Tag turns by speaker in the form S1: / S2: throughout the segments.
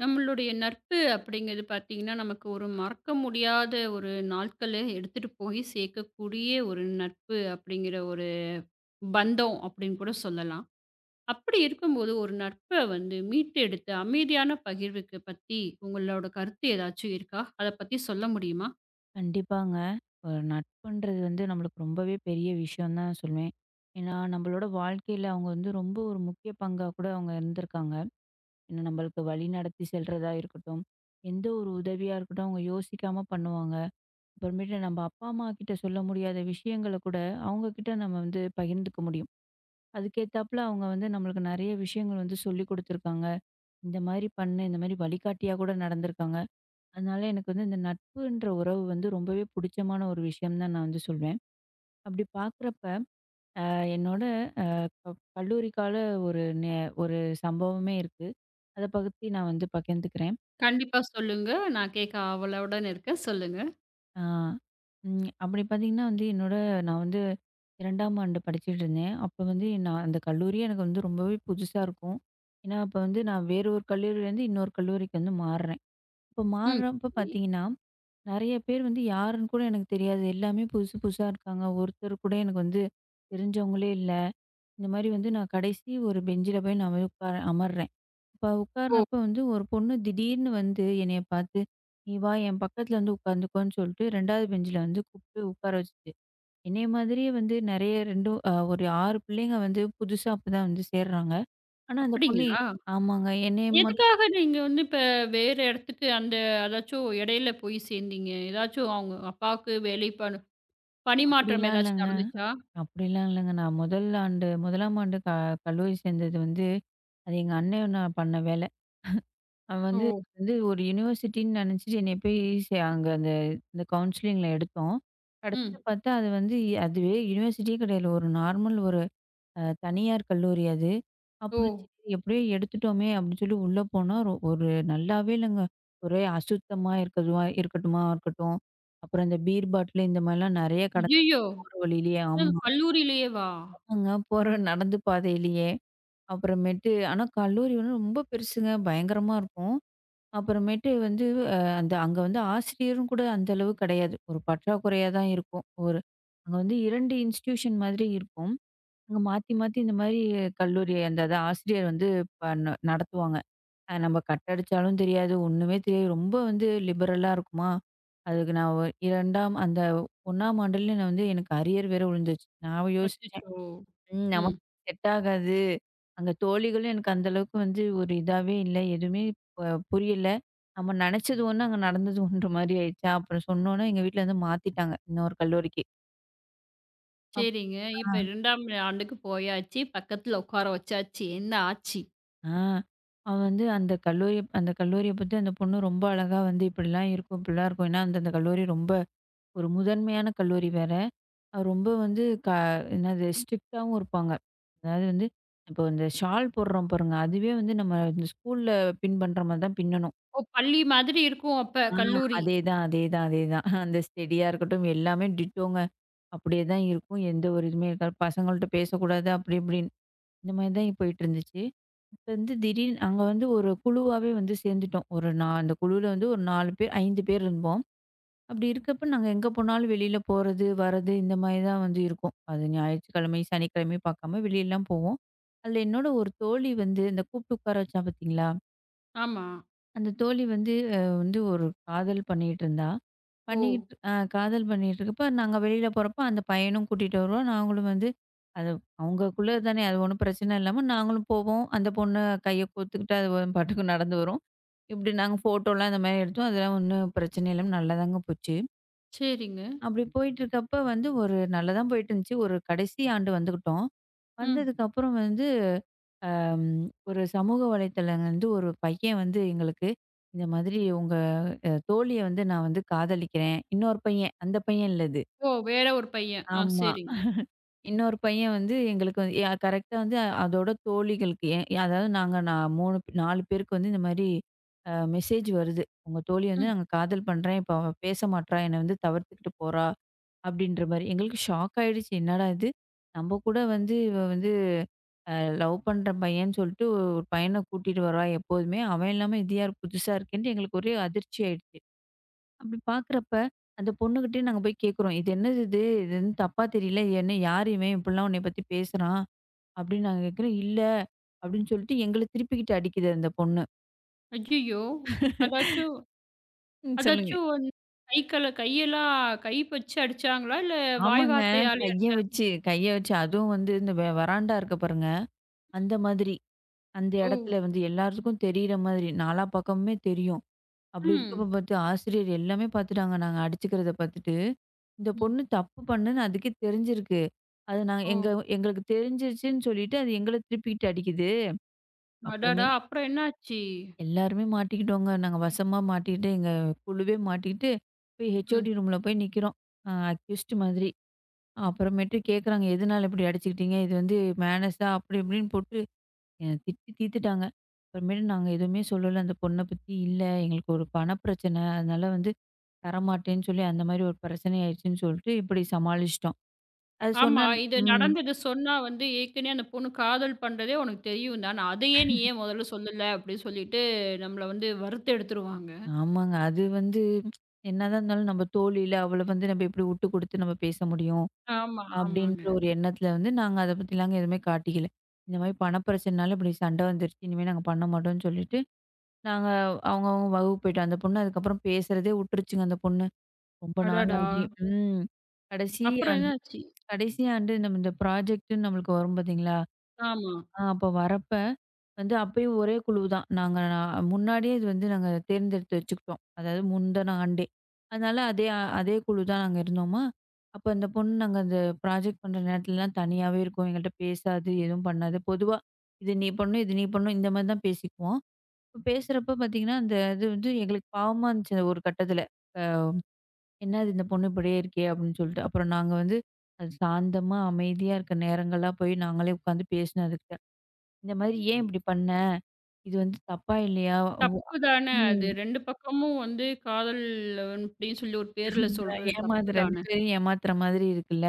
S1: நம்மளுடைய நட்பு அப்படிங்கிறது பார்த்தீங்கன்னா, நமக்கு ஒரு மறக்க முடியாத ஒரு நாட்கள எடுத்துட்டு போய் சேர்க்கக்கூடிய ஒரு நட்பு அப்படிங்கிற ஒரு பந்தம் அப்படின்னு கூட சொல்லலாம். அப்படி இருக்கும்போது ஒரு நட்ப வந்து மீட்டு எடுத்து அமைதியான பகிர்வுக்கு பத்தி உங்களோட கருத்து ஏதாச்சும் இருக்கா? அத பத்தி சொல்ல முடியுமா?
S2: கண்டிப்பாங்க. நட்புன்றது வந்து நம்மளுக்கு ரொம்பவே பெரிய விஷயம் தான் சொல்லுவேன். ஏன்னா, நம்மளோட வாழ்க்கையில அவங்க வந்து ரொம்ப ஒரு முக்கிய பங்கா கூட அவங்க இருந்திருக்காங்க. ஏன்னா, நம்மளுக்கு வழி நடத்தி செல்றதா இருக்கட்டும், எந்த ஒரு உதவியா இருக்கட்டும், அவங்க யோசிக்காம பண்ணுவாங்க. அப்புறமேட்டு நம்ம அப்பா, அம்மா கிட்ட சொல்ல முடியாத விஷயங்கள கூட அவங்க கிட்ட நம்ம வந்து பகிர்ந்துக்க முடியும். அதுக்கேத்தாப்புல அவங்க வந்து நம்மளுக்கு நெறைய விஷயங்கள் வந்து சொல்லிக் குடுத்துருக்காங்க. இந்த மாரி பண்ணு, இந்த மாரி வழிகாட்டியா கூட நடந்திருக்காங்க. அதனால எனக்கு வந்து இந்த நட்புன்ற உறவு வந்து ரொம்பவே புடிச்சமான ஒரு விஷயம் தான் நான் வந்து சொல்வேன். அப்படி பார்க்குறப்ப, அ என்னோட அ கல்லூரி கால ஒரு நே ஒரு சம்பவமே இருக்கு. அத பத்தி நான் வந்து பகிர்ந்துக்கிறேன்.
S1: கண்டிப்பா சொல்லுங்க. நான் கேட்க ஆவலுடன் இருக்கேன். சொல்லுங்க.
S2: ஆ அப்படி பார்த்தீங்கன்னா வந்து என்னோட நான் வந்து 2ஆம் ஆண்டு படிச்சுட்டு இருந்தேன். அப்ப வந்து நான் அந்த கல்லூரியே எனக்கு வந்து ரொம்பவே புதுசா இருக்கும். ஏன்னா, அப்ப வந்து நான் வேற ஒரு கல்லூரியிலேருந்து இன்னொரு கல்லூரிக்கு வந்து மாறுறேன். இப்ப
S1: ம்.
S2: மாறுறப்ப
S1: சரி.
S2: பார்த்தீங்கன்னா நெறைய பேர் வந்து யாருன்னு கூட எனக்கு தெரியாது. எல்லாமே புதுசு புதுசா இருக்காங்க. ஒருத்தர் கூட எனக்கு வந்து தெரிஞ்சவங்களே இல்ல. இந்த மாரி வந்து நான் கடைசி ஒரு பெஞ்சில போய் நான் போய் உட்கார அமர்றேன். இப்ப
S1: ஓ!
S2: உட்கார்றப்ப வந்து ஒரு பொண்ணு திடீர்னு வந்து என்னைய பார்த்து, "நீ வா என் பக்கத்துல வந்து உட்காந்துக்கோன்னு" சொல்லிட்டு 2வது பெஞ்சில வந்து கூப்ட்டு உட்கார வச்சுச்சு. என்னைய மாதிரியே வந்து நெறைய 2 அ ஒரு 6 பிள்ளைங்க வந்து புதுசா அப்பதான் வந்து சேர்றாங்க. ஆனா அந்த பொண்ணு
S1: அப்படிங்களா?
S2: ஆமாங்க. என்னைய மட்
S1: எதுக்காக நீங்க வந்து இப்ப வேற இடத்துக்கு அந்த அதாச்சும் இடையில போய் சேர்ந்தீங்க? ஏதாச்சும் அவங்க அப்பாவுக்கு வேலை பணு பணிமாற்றம்
S2: அப்படிலாம்
S1: ஏதாச்சும்
S2: இல்லங்க.
S1: நடந்துச்சா?
S2: அப்படிலாம் இல்லைங்க. முதலாம் ஆண்டு கல்லூரி சேர்ந்தது வந்து, அது எங்க அண்ணன் நான் பண்ண வேலை. அவன்
S1: ஓ!
S2: வந்து வந்து ஒரு யுனிவர்சிட்டின்னு நினச்சிட்டு என்னைய போய் சே அங்க அந்த இந்த கவுன்சிலிங்ல எடுத்தோம். கடைசில
S1: ம்.
S2: பார்த்தா அது வந்து அதுவே யுனிவர்சிட்டியே கிடையாது. ஒரு நார்மல் ஒரு அ தனியார் கல்லூரி அது. ம்.
S1: ஓ!
S2: அப்புறம் சரி எப்படியோ எடுத்துட்டோமே அப்படின்னு சொல்லி உள்ள போனா, ஒரு நல்லாவே இல்லைங்க. ஒரே அசுத்தமா இருக்கதுவா இருக்கட்டுமா இருக்கட்டும். அப்புறம் இந்த பீர் பாட்டிலு இந்த மாரிலாம் நெறைய
S1: ஐய்யயோ!
S2: கடந்துரும் ஒரு வழியிலேயே.
S1: அதான்
S2: ஆமா.
S1: கல்லூரியிலேயேவா?
S2: அங்க போற நடந்து பாதையிலேயே. அப்புறமேட்டு ஆனா கல்லூரி வந்து ரொம்ப பெருசுங்க. பயங்கரமா இருக்கும். அப்புறமேட்டு வந்து அ அந்த அங்க வந்து ஆசிரியரும் கூட அந்த அளவு கிடையாது. ஒரு பற்றாக்குறையா தான் இருக்கும். ஒரு அங்க வந்து 2 இன்ஸ்டிடியூஷன் மாதிரி இருக்கும். அங்க மாத்தி, மாத்தி இந்த மாரி கல்லூரி அந்த அத ஆசிரியர் வந்து ப ந நடத்துவாங்க. நம்ம கட் அடிச்சாலும் தெரியாது. ஒண்ணுமே தெரியாது. ரொம்ப வந்து லிபரலா இருக்குமா. அதுக்கு நான் ஒ 2ஆம் அந்த 1ஆம் ஆண்டுல நான் வந்து எனக்கு அரியர் வேற விழுந்துருச்சு. நான் யோசிச்சேன்.
S1: அச்சச்சோ!
S2: ம்.
S1: ம்.
S2: நமக்கு செட் ஆகாது. அங்க தோழிகளும் எனக்கு அந்த அளவுக்கு வந்து ஒரு இதாவே இல்ல. எதுவுமே ப புரியல. நம்ம நெனச்சது ஒண்ணு, அங்க நடந்தது ஒன்ற மாரி ஆயிடுச்சா, அப்புறம் சொன்னோனே எங்க வீட்ல வந்து மாத்திட்டாங்க. இன்னொரு கல்லூரிக்கு. அப்
S1: சரிங்க.
S2: ஆ.
S1: இப்ப 2ஆம் ஆண்டுக்கு போயாச்சு. பக்கத்துல உட்கார வச்சாச்சு. என்ன ஆச்சு?
S2: ஆ. அவ வந்து அந்த கல்லூரிய பத்தி அந்த பொண்ணு ரொம்ப அழகா வந்து, "இப்படிலாம் இருக்கும், இப்படிலாம் இருக்கும்." ஏன்னா, அந்த அந்த கல்லூரி ரொம்ப ஒரு முதன்மையான கல்லூரி வேற. அது ரொம்ப வந்து க என்னது ஸ்ட்ரிக்ட்டாவும் இருப்பாங்க. அதாவது வந்து இப்போ இந்த ஷால் போடுறோம் பாருங்க, அதுவே வந்து நம்ம இந்த ஸ்கூல்ல பின் பண்ற மாரி தான் பின்னணும்.
S1: ஓ! பள்ளி மாதிரி இருக்கும் அப்ப
S2: ஆ
S1: கல்லூரி.
S2: அதேதான், அதேதான், அதேதான். அந்த ஸ்டெடியா இருக்கட்டும், எல்லாமே டிட்டோங்க. அப்படியே தான் இருக்கும். எந்த ஒரு இதுவுமே இருக்காது. பசங்கள்ட்ட பேசக்கூடாது அப்படி இப்படின்னு. இந்த மாரி தான் போயிட்டு இருந்துச்சு. இப்ப வந்து திடீர்னு அங்க வந்து ஒரு குழுவாவே வந்து சேர்ந்துட்டோம். ஒரு நா அந்த குழுவுல வந்து ஒரு 4 பேர், 5 பேர் இருந்தோம். அப்படி இருக்கப்ப, நாங்க எங்க போனாலும் வெளியில போறது, வரது இந்த மாரி தான் வந்து இருக்கும். அது ஞாயிற்றுக்கிழமை, சனிக்கிழமை பார்க்காம வெளியலாம் போவோம். அதில என்னோட ஒரு தோழி வந்து இந்த கூப்பிட்டு உட்கார வச்சா பார்த்தீங்களா?
S1: ஆமா.
S2: அந்த தோழி வந்து வந்து ஒரு காதல் பண்ணிட்டு இருந்தா.
S1: ஓ!
S2: பண்ணிக்கிட்டு அ காதல் பண்ணிட்டு இருக்கப்ப, நாங்க வெளியில போறப்ப அந்த பையனும் கூட்டிட்டு வருவான். நாங்களும் வந்து அது அவங்கக்குள்ள தானே, அது ஒண்ணும் பிரச்சனை இல்லாம நாங்களும் போவோம். அந்த பொண்ணு கைய கோத்துக்கிட்டு, அது பாட்டுக்கு நடந்து வரும். இப்படி நாங்க ஃபோட்டோலாம் இந்த மாரி எடுத்தோம். அதெல்லாம் ஒண்ணும் பிரச்சனை இல்லாம நல்லாதாங்க போச்சு.
S1: சரிங்க.
S2: அப்படி போயிட்டுருக்கப்ப வந்து ஒரு நல்லா தான் போயிட்டுருந்துச்சு. ஒரு கடைசி ஆண்டு வந்துக்கிட்டோம்.
S1: ம்.
S2: வந்ததுக்கப்புறம் வந்து ஒரு சமூக வலைத்தளம் வந்து ஒரு பையன் வந்து எங்களுக்கு, இந்த மாதிரி உங்க தோழிய வந்து நான் வந்து காதலிக்கிறேன். இன்னொரு பையன், அந்த பையன் இல்ல இது.
S1: ஓ! வேற ஒரு பையன். ஆ
S2: ஆமா.
S1: சரிங்க.
S2: இன்னொரு பையன் வந்து எங்களுக்கு வந்து கரெக்ட்டா வந்து அதோட தோழிகளுக்கு எ அதாவது நாங்க நான் 3 4 பேருக்கு வந்து இந்த மாரி மெசேஜ் வருது. உங்க தோழி வந்து
S1: ம்.
S2: நாங்க காதல் பண்றேன். இப்ப அவ பேச மாட்றா. என்ன வந்து தவிர்த்துக்கிட்டு போறா. அப்படின்ற மாரி. எங்களுக்கு ஷாக் ஆயிடுச்சு. என்னடா இது! நம்ம கூட வந்து இவ வந்து அ லவ் பண்ற பையன்னு சொல்லிட்டு ஒரு பையன கூட்டிட்டு வருவா எப்போதுமே. அவன் இல்லாம இது யார் புதுசா இருக்கேன்ட்டு எங்களுக்கு ஒரே அதிர்ச்சி ஆயிடுச்சு. அப்படி பார்க்குறப்ப அந்த பொண்ணுகிட்டயே நாங்க போய் கேட்குறோம். "இது என்னது இது? இது வந்து தப்பா தெரியல. இது என்ன யார் இவன் இப்படிலாம் உன்னைய பத்தி பேசுறான்?" அப்படின்னு நாங்க கேட்கிறோம். "இல்ல" அப்படின்னு சொல்லிட்டு எங்கள திருப்பிக்கிட்டு அடிக்குது அந்த பொண்ணு.
S1: ஐய்யயோ! அதாச்சும்
S2: ம். சொல்லுங்க.
S1: அதாச்சும் வந்து கை கல கையெல்லாம் கை வச்சு அடிச்சாங்களா? இல்ல வாய்
S2: ஆமாங்க.
S1: வார்த்தையாலயா?
S2: கைய வச்சு, கைய வச்சு அதுவும் வந்து இந்த வராண்டா இருக்கு பாருங்க. அந்த மாதிரி. அந்த
S1: ஓ!
S2: இடத்துல வந்து எல்லாத்துக்கும் தெரியிற மாதிரி, நாலா பக்கமுமே தெரியும். அப்படி இருக்கப்ப
S1: ம்.
S2: பார்த்து ஆசிரியர் எல்லாமே பார்த்துட்டாங்க, நாங்க அடிச்சுக்கிறத பார்த்துட்டு. இந்த
S1: ம்.
S2: பொண்ணு தப்பு பண்ணுன்னு அதுக்கே தெரிஞ்சிருக்கு. அது நாங்க
S1: ஓ!
S2: எங்க எங்களுக்கு தெரிஞ்சிருச்சுன்னு சொல்லிட்டு, அது எங்கள திருப்பிக்கிட்டு அடிக்குது. அப்புறமே
S1: அடடா! அப்புறம் என்னாச்சு?
S2: எல்லாருமே மாட்டிக்கிட்டோங்க. நாங்க வசமா மாட்டிக்கிட்டு, எங்க குழுவே மாட்டிக்கிட்டு, போய் ஹெச்ஓடி
S1: ம்.
S2: ரூம்ல நிக்கிறோம். அக்யூஸ்ட் மாதிரி. அப்புறமேட்டு கேட்குறாங்க, "எதனால இப்படி அடிச்சுக்கிட்டீங்க? இது வந்து மேனர்ஸா?" அப்படி இப்படின்னு போட்டு என்ன திட்டி தீர்த்துட்டாங்க. அப்புறமேட்டு நாங்க எதுவுமே சொல்லல. அந்த பொண்ண பத்தி இல்ல, எங்களுக்கு ஒரு பண பிரச்சனை. அதனால வந்து தரமாட்டேன்னு சொல்லி, அந்த மாரி ஒரு பிரச்சனை ஆயிடுச்சுன்னு சொல்லிட்டு, இப்படி சமாளிச்சுட்டோம். அது
S1: ஆமா.
S2: சொன்னா
S1: இது
S2: ம்.
S1: நடந்தது சொன்னா வந்து ஏற்கனவே அந்த பொண்ணு காதல் பண்றதே உனக்கு தெரியும் தான. அதையே நீ ஏன் முதல்ல சொல்லல? அப்படின்னு சொல்லிட்டு நம்மள வந்து வறுத்து எடுத்துருவாங்க.
S2: ஆமாங்க. அது வந்து என்னதான் இருந்தாலும் நம்ம தோழில அவள வந்து நம்ம எப்படி விட்டு குடுத்து நம்ம பேச முடியும்?
S1: ஆமா, ஆமாங்க.
S2: அப்படின்ற ஒரு எண்ணத்துல வந்து நாங்க அத பத்திலாங்க எதுவுமே காட்டிக்கல. இந்த மாரி பண பிரச்சனைனால இப்படி சண்டை வந்துருச்சு. இனிமே நாங்க பண்ண மாட்டோம்ன்னு சொல்லிட்டு, நாங்க அவங்கவங்க வகுப்பு போயிட்டோம். அந்த பொண்ணு அதுக்கப்புறம் பேசுறதே விட்டுருச்சுங்க அந்த பொண்ணு. ரொம்ப நாள்
S1: அடடா!
S2: ஆகி ம். கடைசி
S1: அப்புறம்
S2: ஆண்டு
S1: என்னாச்சு?
S2: கடைசி ஆண்டு நம்ம இந்த ப்ராஜெக்ட்ன்னு நம்மளுக்கு வரும் பார்த்தீங்களா?
S1: ஆமா.
S2: அப்போ வரப்ப வந்து அப்பயும் ஒரே குழுவு தான். நான் முன்னாடியே இது வந்து நாங்க தேர்ந்தெடுத்து வச்சுக்கிட்டோம். அதாவது முந்தின ஆண்டே. அதனால அதே குழு தான் நாங்க இருந்தோமா. அப்போ அந்த பொண்ணு நாங்க அந்த ப்ராஜெக்ட் பண்ற நேரத்துலலாம் தனியாவே இருக்கும். எங்கள்ட்ட பேசாது, எதுவும் பண்ணாது. பொதுவா இது நீ பண்ணணும், இது நீ பண்ணணும் இந்த மாரி தான் பேசிக்குவோம். இப்ப பேசுறப்ப பார்த்தீங்கன்னா, அந்த இது வந்து எங்களுக்கு பாவமா இருந்துச்சு ஒரு கட்டத்தில. என்னது இந்த பொண்ணு இப்படியே இருக்கே! அப்படின்னு சொல்லிட்டு. அப்புறம் நாங்க வந்து அது சாந்தமா, அமைதியா இருக்க நேரங்கள்லாம் போய் நாங்களே உட்காந்து பேசினோம் அதுகிட்ட. இந்த மாரி ஏன் இப்படி பண்ண? இது வந்து தப்பா இல்லையா? உ
S1: தப்பு தான அது.
S2: ம்.
S1: 2 பக்கமும் வந்து காதல் அப்படின்னு சொல்லி ஒரு பேர்ல
S2: அதான்
S1: சொல்றது
S2: ஏமாந்து
S1: தப்பு
S2: 2
S1: தான.
S2: பேரையும் ஏமாத்துற மாதிரி இருக்குல்ல.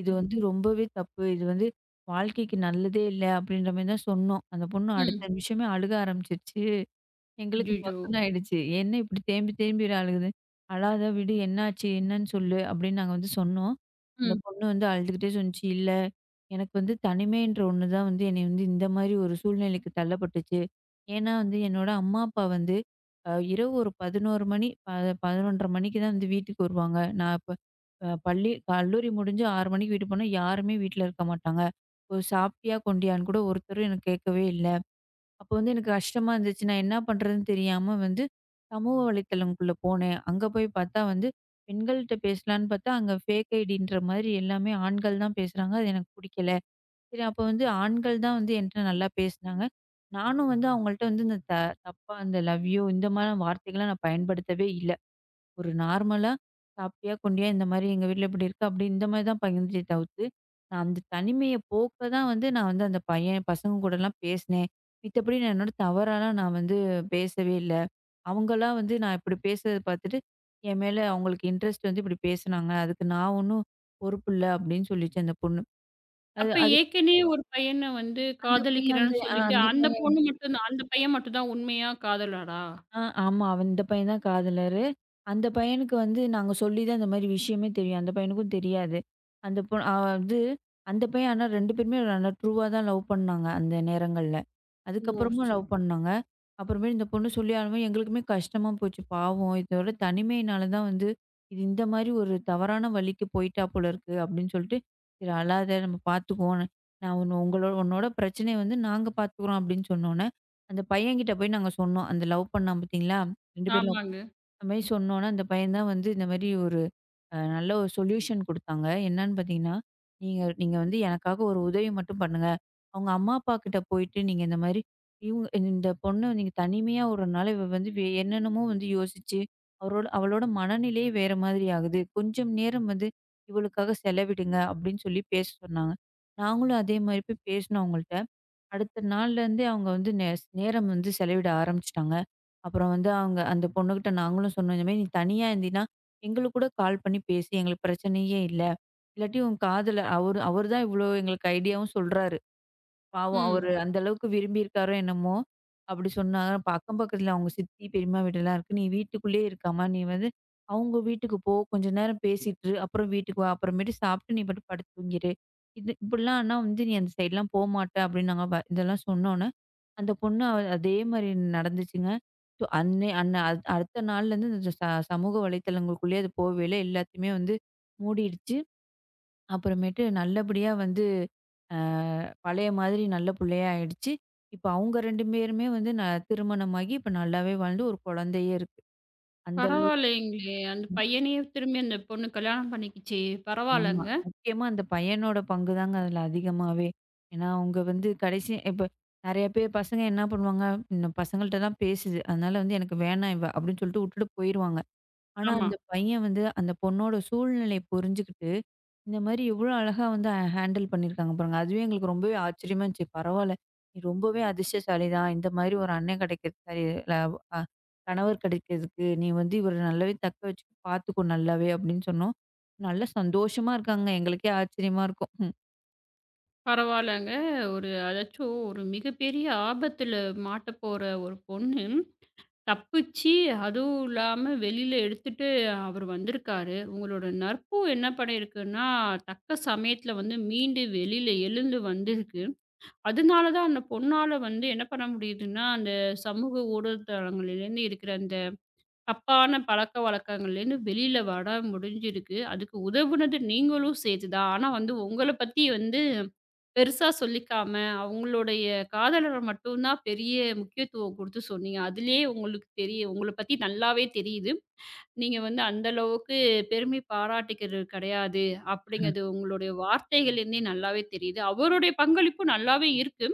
S2: இது
S1: ம்.
S2: வந்து ரொம்பவே தப்பு. இது வந்து வாழ்க்கைக்கு நல்லதே இல்ல அப்படின்ற மாரி தான் சொன்னோம். அந்த பொண்ணு
S1: ம்.
S2: அடுத்த நிமிஷமே அழுக ஆரம்பிச்சுருச்சு. எங்களுக்கு
S1: அய்யய்யோ!
S2: பக்குன்னு ஆயிடுச்சு. என்ன இப்படி தேம்பி தேம்பி அழுகுது? அழாத விடு என்னாச்சு? என்னன்னு சொல்லு? அப்படின்னு நாங்க வந்து சொன்னோம். அந்த
S1: ம்.
S2: பொண்ணு வந்து அழுதுகிட்டே சொன்னுச்சு, "இல்ல, எனக்கு வந்து தனிமைன்ற ஒண்ணு தான் வந்து என்னைய வந்து இந்த மாரி ஒரு சூழ்நிலைக்கு தள்ளப்பட்டுச்சு. ஏன்னா வந்து என்னோட அம்மா, அப்பா வந்து இரவு ஒரு 11 மணி, 11:30 மணிக்கு தான் வந்து வீட்டுக்கு வருவாங்க. நான் இப்ப பள்ளி கல்லூரி முடிஞ்சு 6 மணிக்கு வீட்டுக்கு போனா யாருமே வீட்ல இருக்க மாட்டாங்க. ஒரு சாப்பிட்டியா? கொண்டியான்னு கூட ஒருத்தரும் எனக்கு கேட்கவே இல்ல." அப்போ வந்து எனக்கு கஷ்டமா இருந்துச்சு. நான் என்ன பண்றதுன்னு தெரியாம வந்து சமூக வலைத்தளம்குள்ள போனேன். அங்க போய் பார்த்தா வந்து பெண்கள்ட்ட பேசலான்னு பார்த்தா, அங்க ஃபேக் ஐடின்ற மாதிரி எல்லாமே ஆண்கள் தான் பேசுறாங்க. அது எனக்கு புடிக்கல. சரி அப்போ வந்து ஆண்கள் தான் வந்து என்ட்ட நல்லா பேசுனாங்க. நானும் வந்து அவங்கள்ட்ட வந்து இந்த த தப்பா இந்த லவ்யூ இந்த மாரி வார்த்தைகள்லாம் நான் பயன்படுத்தவே இல்ல. ஒரு நார்மலா சாப்பிட்டியா? கொண்டியா? இந்த மாரி எங்க வீட்ல இப்படி இருக்கு. அப்படி இந்த மாரி தான் பகிர்ந்தே தவிர்த்து, நான் அந்த தனிமைய போக்க தான் வந்து நான் வந்து அந்த பையன் பசங்க கூடலாம் பேசினேன். மித்தபடி நான் என்னோட தவறாலாம் நான் வந்து பேசவே இல்ல. அவங்கலாம் வந்து நான் இப்படி பேசுறத பார்த்துட்டு, என் மேல அவங்களுக்கு இன்ட்ரெஸ்ட் வந்து இப்படி பேசுனாங்க. அதுக்கு நான் ஒண்ணும் பொறுப்பு இல்ல அப்படின்னு சொல்லிச்சு அந்த பொண்ணு. அது
S1: அப்ப
S2: அது
S1: ஏற்கனவே ஒரு பையன வந்து
S2: அந்த பையன் வந்து
S1: காதலிக்கிறேன்னு
S2: ஆ
S1: சொல்லிட்டு,
S2: அந்த
S1: அந்த
S2: பையன்
S1: பொண்ணு மட்டும் தான் அந்த பையன் மட்டும் தான் உண்மையா காதலரா?
S2: ஆ ஆமா. அவன் இந்த பையன் தான் காதலரு. அந்த பையனுக்கு வந்து நாங்க சொல்லி தான் இந்த மாரி விஷயமே தெரியும். அந்த பையனுக்கும் தெரியாது. அந்த பொ அ வந்து அந்த பையன் ஆனா 2 பேருமே நல்லா ட்ரூவா தான் லவ் பண்ணாங்க, அந்த நேரங்கள்ல.
S1: ஓ!
S2: அதுக்கப்புறமும்
S1: சரி.
S2: லவ் பண்ணாங்க. அப்புறமேல் இந்த பொண்ணு சொல்லி ஆனவும் எங்களுக்குமே கஷ்டமா போச்சு. பாவம் இதோட தனிமையினால தான் வந்து, இது இந்த மாரி ஒரு தவறான வழிக்கு போயிட்டா போல இருக்கு அப்படின்னு சொல்லிட்டு, "சரி அழாத நம்ம பார்த்துக்குவோம். நான் உன்ன உங்களோட உன்னோட பிரச்சனைய வந்து நாங்க பார்த்துக்குறோம்" அப்படின்னு சொன்னோன, அந்த பையன்கிட்ட போய் நாங்க சொன்னோம். அந்த லவ் பண்ணான் பார்த்தீங்களா? 2 பேரும் லவ்
S1: ஆமாங்க.
S2: அந்த மாரி சொன்னோனே, அந்த பையன் தான் வந்து இந்த மாரி ஒரு நல்ல ஒரு சொல்யூஷன் குடுத்தாங்க. என்னன்னு பார்த்தீங்கன்னா, "நீங்க நீங்க வந்து எனக்காக ஒரு உதவி மட்டும் பண்ணுங்க. அவங்க அம்மா, அப்பா கிட்ட போயிட்டு நீங்க இந்த மாரி இவங்க இந்த பொண்ண நீங்க தனிமையா விடுறனால இவ வந்து என்னென்னமோ வந்து யோசிச்சு, அவளோட மனநிலையே வேற மாதிரி ஆகுது. கொஞ்சம் நேரம் வந்து இவளுக்காக செலவிடுங்க." அப்படின்னு சொல்லி பேச சொன்னாங்க. நாங்களும் அதே மாரி போய் பேசினோம் அவங்கள்ட்ட. அடுத்த நாள்லேருந்தே அவங்க வந்து நேரம் வந்து செலவிட ஆரம்பிச்சுட்டாங்க. அப்புறம் வந்து அவங்க அந்த பொண்ணுகிட்ட நாங்களும் சொன்னோம். இந்த மாரி நீ தனியா இருந்தீன்னா, எங்களுக்கு கூட கால் பண்ணி பேசு. எங்களுக்கு பிரச்சனையே இல்ல. இல்லாட்டி உன் காதல அவரு அவரு தான் இவ்ளோ எங்களுக்கு ஐடியாவும் சொல்றாரு. பாவம்
S1: ம்.
S2: அவரு அந்த அளவுக்கு விரும்பியிருக்காரோ என்னமோ! அப்படி சொன்னாங்க. அப்ப அக்கம் பக்கத்துல அவங்க சித்தி, பெரியம்மா வீடெல்லாம் இருக்கு. "நீ வீட்டுக்குள்ளேயே இருக்காம, நீ வந்து அவங்க வீட்டுக்கு போ. கொஞ்ச நேரம் பேசிட்டு இரு. அப்புறம் வீட்டுக்கு வா. அப்புறமேட்டு சாப்பிட்டு நீ பாட்டுக்கு படுத்து தூங்கிரு. இது இப்படிலாம் ஆனா வந்து நீ அந்த சைட்லாம் போமாட்ட" அப்படின்னு நாங்க வ இதெல்லாம் சொன்னோன்னே, அந்த பொண்ணு அதே மாரி நடந்துச்சுங்க. ஸோ அன்னை அன்ன அடுத்த நாள்லேருந்து இந்த ச சமூக வலைத்தளங்களுக்குள்ளேயே அது போகவேல எல்லாத்தையுமே வந்து மூடிடுச்சு. அப்புறமேட்டு நல்லபடியா வந்து அ பழைய மாதிரி நல்ல புள்ளையா ஆயிடுச்சு. இப்ப அவங்க 2 பேருமே வந்து திருமணமாகி இப்ப நல்லாவே வாழ்ந்து ஒரு குழந்தையே இருக்கு. அந்த அளவுக்கு
S1: பரவாயில்லைங்களே! அந்த பையனையே திரும்பி அந்த பொண்ணு கல்யாணம் பண்ணிக்கிச்சே!
S2: ஆமா.
S1: பரவாயில்லங்க.
S2: முக்கியமா அந்த பையனோட பங்கு தாங்க அதில அதிகமாவே. ஏன்னா, அவங்க வந்து கடைசி இப்ப நெறைய பேர் பசங்க என்ன பண்ணுவாங்க, இந்த பசங்கள்ட்ட தான் பேசுது. அதனால வந்து எனக்கு வேணாம் இவ அப்படின்னு சொல்லிட்டு வுட்டுட்டு போயிருவாங்க. ஆனா,
S1: ஆமா.
S2: அந்த பையன் வந்து அந்த பொண்ணோட சூழ்நிலை புரிஞ்சுகிட்டு, இந்த மாரி எவ்ளோ அழகா வந்து ஹேண்டில் பண்ணியிருக்காங்க பாருங்க. அதுவே எங்களுக்கு ரொம்பவே ஆச்சரியமா இருந்துச்சு. பரவால்ல, நீ ரொம்பவே அதிர்ஷ்டசாலி தான். இந்த மாரி ஒரு அண்ணன் கிடைக்கிறது சரி ல அ கணவர் கிடைக்கிறதுக்கு நீ வந்து இவர நல்லாவே தக்க வச்சுக்க பார்த்துக்கோ நல்லாவே அப்டின்னு சொன்னோம். நல்லா சந்தோஷமா இருக்காங்க. எங்களுக்கே ஆச்சரியமா இருக்கும். ம்.
S1: பரவாயில்லங்க. ஒரு அதாச்சும் ஒரு மிகப்பெரிய ஆபத்தில மாட்டப்போற ஒரு பொண்ணு தப்பிச்சு, அதுவும் இல்லாம வெளியில எடுத்துட்டு அவரு வந்திருக்காரு. உங்களோட நற்பு என்ன பண்ணியிருக்குன்னா, தக்க சமயத்துல வந்து மீண்டு வெளியில எழுந்து வந்திருக்கு. அதனால தான் அந்த பொண்ணால வந்து என்ன பண்ண முடியுதுன்னா, அந்த சமூக ஊடகத்தளங்கள்லேருந்து இருக்கிற அந்த தப்பான பழக்கவழக்கங்கள்லேருந்து வெளியில வர முடிஞ்சிருக்கு. அதுக்கு உதவுனது நீங்களும் சேர்த்து தான். ஆனா வந்து உங்கள பத்தி வந்து பெருசா சொல்லிக்காம, அவங்களுடைய காதலர மட்டும் தான் பெரிய முக்கியத்துவம் குடுத்து சொன்னீங்க. அதிலேயே உங்களுக்கு தெரியும். உங்கள பத்தி நல்லாவே தெரியுது. நீங்க வந்து அந்த அளவுக்கு பெருமை பாராட்டிக்கிறது கிடையாது. அப்படிங்கிறது உங்களுடைய வார்த்தைகள்லேருந்தே நல்லாவே தெரியுது. அவருடைய பங்களிப்பும் நல்லாவே இருக்கு.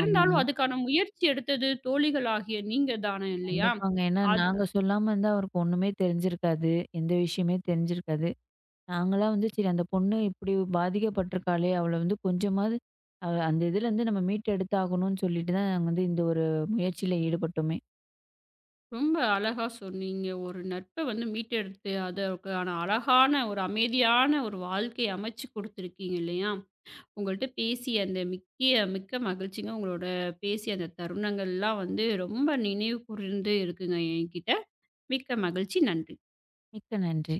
S2: ஆமாங்க.
S1: அதுக்கான முயற்சி எடுத்தது தோழிகளாகிய நீங்க தானே இல்லையா?
S2: கண்டிப்பாங்க. ஏன்னா
S1: அது
S2: நாங்க சொல்லாம இருந்தா அவருக்கு ஒண்ணுமே தெரிஞ்சிருக்காது. எந்த விஷயமே தெரிஞ்சிருக்காது. நாங்கலாம் வந்து சரி அந்த பொண்ணு இப்படி பாதிக்கப்பட்டிருக்காளே! அவள வந்து கொஞ்சமாவது அந்த இதுலேருந்து நம்ம மீட்டெடுத்தாகணும்னு சொல்லிட்டு தான் நாங்க வந்து இந்த ஒரு முயற்சியில ஈடுபட்டோமே.
S1: ரொம்ப அழகா சொன்னீங்க. ஒரு நட்ப வந்து மீட்டெடுத்து அதற்கான அழகான ஒரு அமைதியான ஒரு வாழ்க்கைய அமைச்சு குடுத்துருக்கீங்க இல்லையா? உங்கள்ட்ட பேசி அந்த மிக்கிய மிக்க மகிழ்ச்சிங்க. உங்களோட பேசிய அந்த தருணங்கள்லாம் வந்து ரொம்ப நினைவு கூர்ந்து இருக்குங்க என்கிட்ட. மிக்க மகிழ்ச்சி. நன்றி.
S2: மிக்க நன்றி.